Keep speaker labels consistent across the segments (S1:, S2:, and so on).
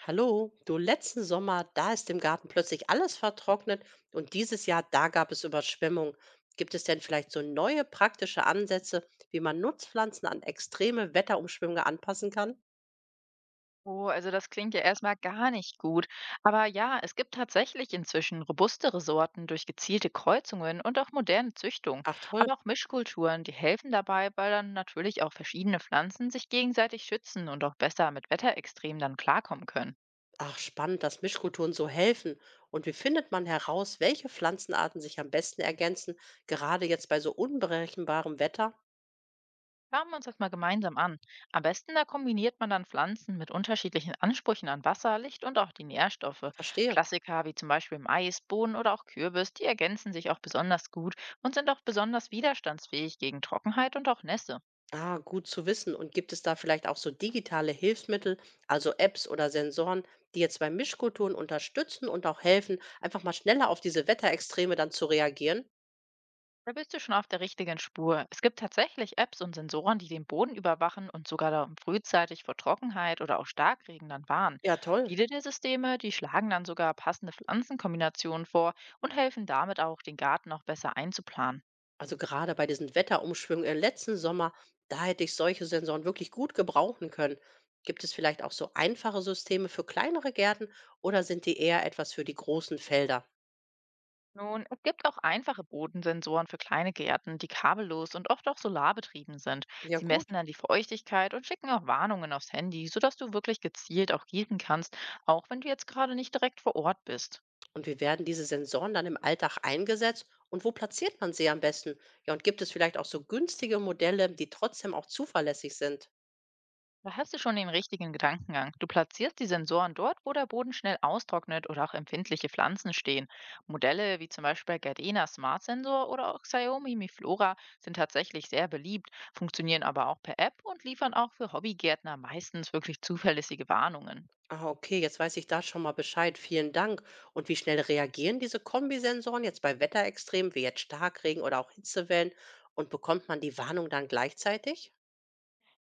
S1: Hallo, du, letzten Sommer, da ist im Garten plötzlich alles vertrocknet und dieses Jahr, da gab es Überschwemmung. Gibt es denn vielleicht so neue praktische Ansätze, wie man Nutzpflanzen an extreme Wetterumschwünge anpassen kann?
S2: Oh, also das klingt ja erstmal gar nicht gut. Aber ja, es gibt tatsächlich inzwischen robustere Sorten durch gezielte Kreuzungen und auch moderne Züchtung.
S1: Ach toll,
S2: Aber auch Mischkulturen, die helfen dabei, weil dann natürlich auch verschiedene Pflanzen sich gegenseitig schützen und auch besser mit Wetterextremen dann klarkommen können.
S1: ach spannend, dass Mischkulturen so helfen. Und wie findet man heraus, welche Pflanzenarten sich am besten ergänzen, gerade jetzt bei so unberechenbarem Wetter?
S2: Schauen wir uns das mal gemeinsam an. Am besten da kombiniert man dann Pflanzen mit unterschiedlichen Ansprüchen an Wasser, Licht und auch die Nährstoffe.
S1: Verstehe.
S2: Klassiker wie zum Beispiel Mais, Bohnen oder auch Kürbis, die ergänzen sich auch besonders gut und sind auch besonders widerstandsfähig gegen Trockenheit und auch Nässe.
S1: Ah, gut zu wissen. Und gibt es da vielleicht auch so digitale Hilfsmittel, also Apps oder Sensoren, die jetzt bei Mischkulturen unterstützen und auch helfen, einfach mal schneller auf diese Wetterextreme dann zu reagieren?
S2: Da bist du schon auf der richtigen Spur. Es gibt tatsächlich Apps und Sensoren, die den Boden überwachen und sogar dann frühzeitig vor Trockenheit oder auch Starkregen dann warnen.
S1: Ja, toll.
S2: Viele der Systeme, die schlagen dann sogar passende Pflanzenkombinationen vor und helfen damit auch, den Garten auch besser einzuplanen.
S1: Also gerade bei diesen Wetterumschwüngen im letzten Sommer, da hätte ich solche Sensoren wirklich gut gebrauchen können. Gibt es vielleicht auch so einfache Systeme für kleinere Gärten oder sind die eher etwas für die großen Felder?
S2: Nun, es gibt auch einfache Bodensensoren für kleine Gärten, die kabellos und oft auch solarbetrieben sind.
S1: Ja,
S2: Sie messen
S1: gut.
S2: dann die Feuchtigkeit und schicken auch Warnungen aufs Handy, sodass du wirklich gezielt auch gießen kannst, auch wenn du jetzt gerade nicht direkt vor Ort bist.
S1: Und wie werden diese Sensoren dann im Alltag eingesetzt und wo platziert man sie am besten? Ja, und gibt es vielleicht auch so günstige Modelle, die trotzdem auch zuverlässig sind?
S2: Da hast du schon den richtigen Gedankengang. Du platzierst die Sensoren dort, wo der Boden schnell austrocknet oder auch empfindliche Pflanzen stehen. Modelle wie zum Beispiel Gardena Smart Sensor oder auch Xiaomi Mi Flora sind tatsächlich sehr beliebt, funktionieren aber auch per App und liefern auch für Hobbygärtner meistens wirklich zuverlässige Warnungen.
S1: Ah, okay, jetzt weiß ich da schon mal Bescheid. Vielen Dank. Und wie schnell reagieren diese Kombisensoren jetzt bei Wetterextremen, wie jetzt Starkregen oder auch Hitzewellen? Und bekommt man die Warnung dann gleichzeitig?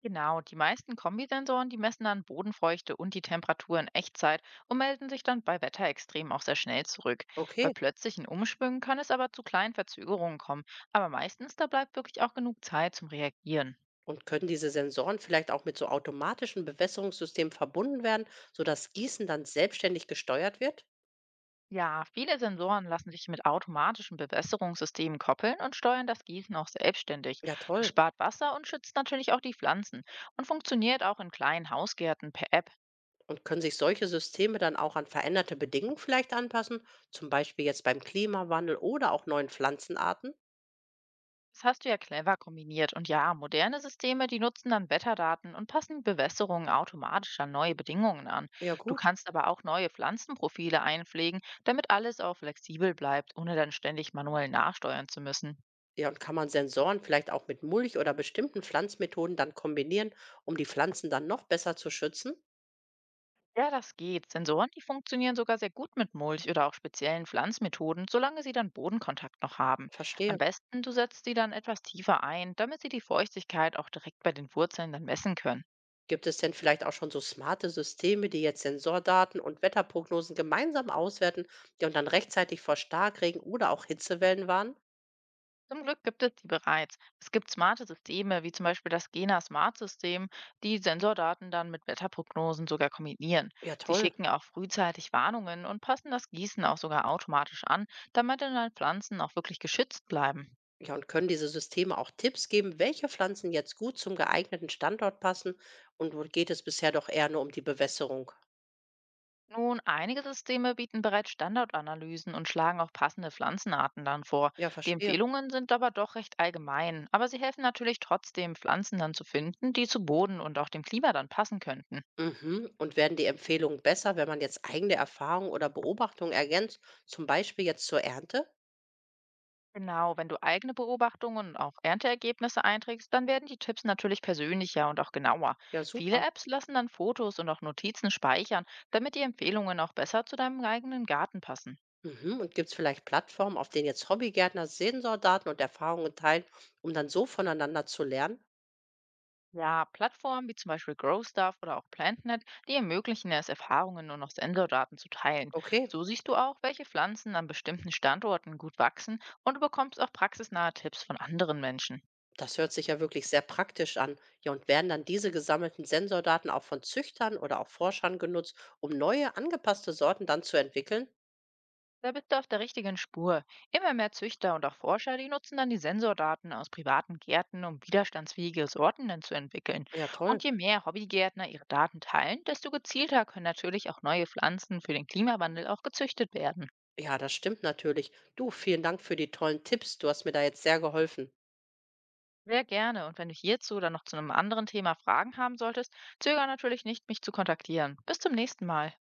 S2: Genau, die meisten Kombisensoren, die messen dann Bodenfeuchte und die Temperatur in Echtzeit und melden sich dann bei Wetterextremen auch sehr schnell zurück. Bei
S1: Okay.
S2: plötzlichen Umschwüngen kann es aber zu kleinen Verzögerungen kommen, aber meistens da bleibt wirklich auch genug Zeit zum Reagieren.
S1: Und können diese Sensoren vielleicht auch mit so automatischen Bewässerungssystemen verbunden werden, sodass Gießen dann selbstständig gesteuert wird?
S2: Ja, viele Sensoren lassen sich mit automatischen Bewässerungssystemen koppeln und steuern das Gießen auch selbstständig.
S1: Ja,
S2: Das
S1: toll.
S2: spart Wasser und schützt natürlich auch die Pflanzen und funktioniert auch in kleinen Hausgärten per App.
S1: Und können sich solche Systeme dann auch an veränderte Bedingungen vielleicht anpassen, zum Beispiel jetzt beim Klimawandel oder auch neuen Pflanzenarten?
S2: Das hast du ja clever kombiniert. Und ja, moderne Systeme, die nutzen dann Wetterdaten und passen Bewässerungen automatisch an neue Bedingungen an.
S1: Ja,
S2: Du
S1: gut.
S2: kannst aber auch neue Pflanzenprofile einpflegen, damit alles auch flexibel bleibt, ohne dann ständig manuell nachsteuern zu müssen.
S1: Ja, und kann man Sensoren vielleicht auch mit Mulch oder bestimmten Pflanzmethoden dann kombinieren, um die Pflanzen dann noch besser zu schützen?
S2: Ja, das geht. Sensoren, die funktionieren sogar sehr gut mit Mulch oder auch speziellen Pflanzmethoden, solange sie dann Bodenkontakt noch haben.
S1: Verstehe.
S2: Am besten, du setzt sie dann etwas tiefer ein, damit sie die Feuchtigkeit auch direkt bei den Wurzeln dann messen können.
S1: Gibt es denn vielleicht auch schon so smarte Systeme, die jetzt Sensordaten und Wetterprognosen gemeinsam auswerten, ja, und dann rechtzeitig vor Starkregen oder auch Hitzewellen warnen?
S2: Zum Glück gibt es die bereits. Es gibt smarte Systeme, wie zum Beispiel das Gena Smart System, die Sensordaten dann mit Wetterprognosen sogar kombinieren.
S1: Ja,
S2: Sie
S1: toll.
S2: schicken auch frühzeitig Warnungen und passen das Gießen auch sogar automatisch an, damit dann halt Pflanzen auch wirklich geschützt bleiben.
S1: Ja, und können diese Systeme auch Tipps geben, welche Pflanzen jetzt gut zum geeigneten Standort passen, und wo geht es bisher doch eher nur um die Bewässerung?
S2: Nun, einige Systeme bieten bereits Standardanalysen und schlagen auch passende Pflanzenarten dann vor.
S1: Ja,
S2: Die
S1: verstehe.
S2: Empfehlungen sind aber doch recht allgemein, aber sie helfen natürlich trotzdem, Pflanzen dann zu finden, die zu Boden und auch dem Klima dann passen könnten.
S1: Mhm. Und werden die Empfehlungen besser, wenn man jetzt eigene Erfahrungen oder Beobachtungen ergänzt, zum Beispiel jetzt zur Ernte?
S2: Genau, wenn du eigene Beobachtungen und auch Ernteergebnisse einträgst, dann werden die Tipps natürlich persönlicher und auch genauer.
S1: Ja,
S2: Viele
S1: super.
S2: Apps lassen dann Fotos und auch Notizen speichern, damit die Empfehlungen auch besser zu deinem eigenen Garten passen.
S1: Mhm. Und gibt es vielleicht Plattformen, auf denen jetzt Hobbygärtner Sensordaten und Erfahrungen teilen, um dann so voneinander zu lernen?
S2: Ja, Plattformen wie zum Beispiel GrowStuff oder auch PlantNet, die ermöglichen es, Erfahrungen und auch Sensordaten zu teilen.
S1: Okay.
S2: So siehst du auch, welche Pflanzen an bestimmten Standorten gut wachsen und du bekommst auch praxisnahe Tipps von anderen Menschen.
S1: Das hört sich ja wirklich sehr praktisch an. Ja, und werden dann diese gesammelten Sensordaten auch von Züchtern oder auch Forschern genutzt, um neue, angepasste Sorten dann zu entwickeln?
S2: Da bist du auf der richtigen Spur. Immer mehr Züchter und auch Forscher, die nutzen dann die Sensordaten aus privaten Gärten, um widerstandsfähige Sorten dann zu entwickeln.
S1: Ja, toll.
S2: Und je mehr Hobbygärtner ihre Daten teilen, desto gezielter können natürlich auch neue Pflanzen für den Klimawandel auch gezüchtet werden.
S1: Ja, das stimmt natürlich. Du, vielen Dank für die tollen Tipps. Du hast mir da jetzt sehr geholfen.
S2: Sehr gerne. Und wenn du hierzu dann noch zu einem anderen Thema Fragen haben solltest, zögere natürlich nicht, mich zu kontaktieren. Bis zum nächsten Mal.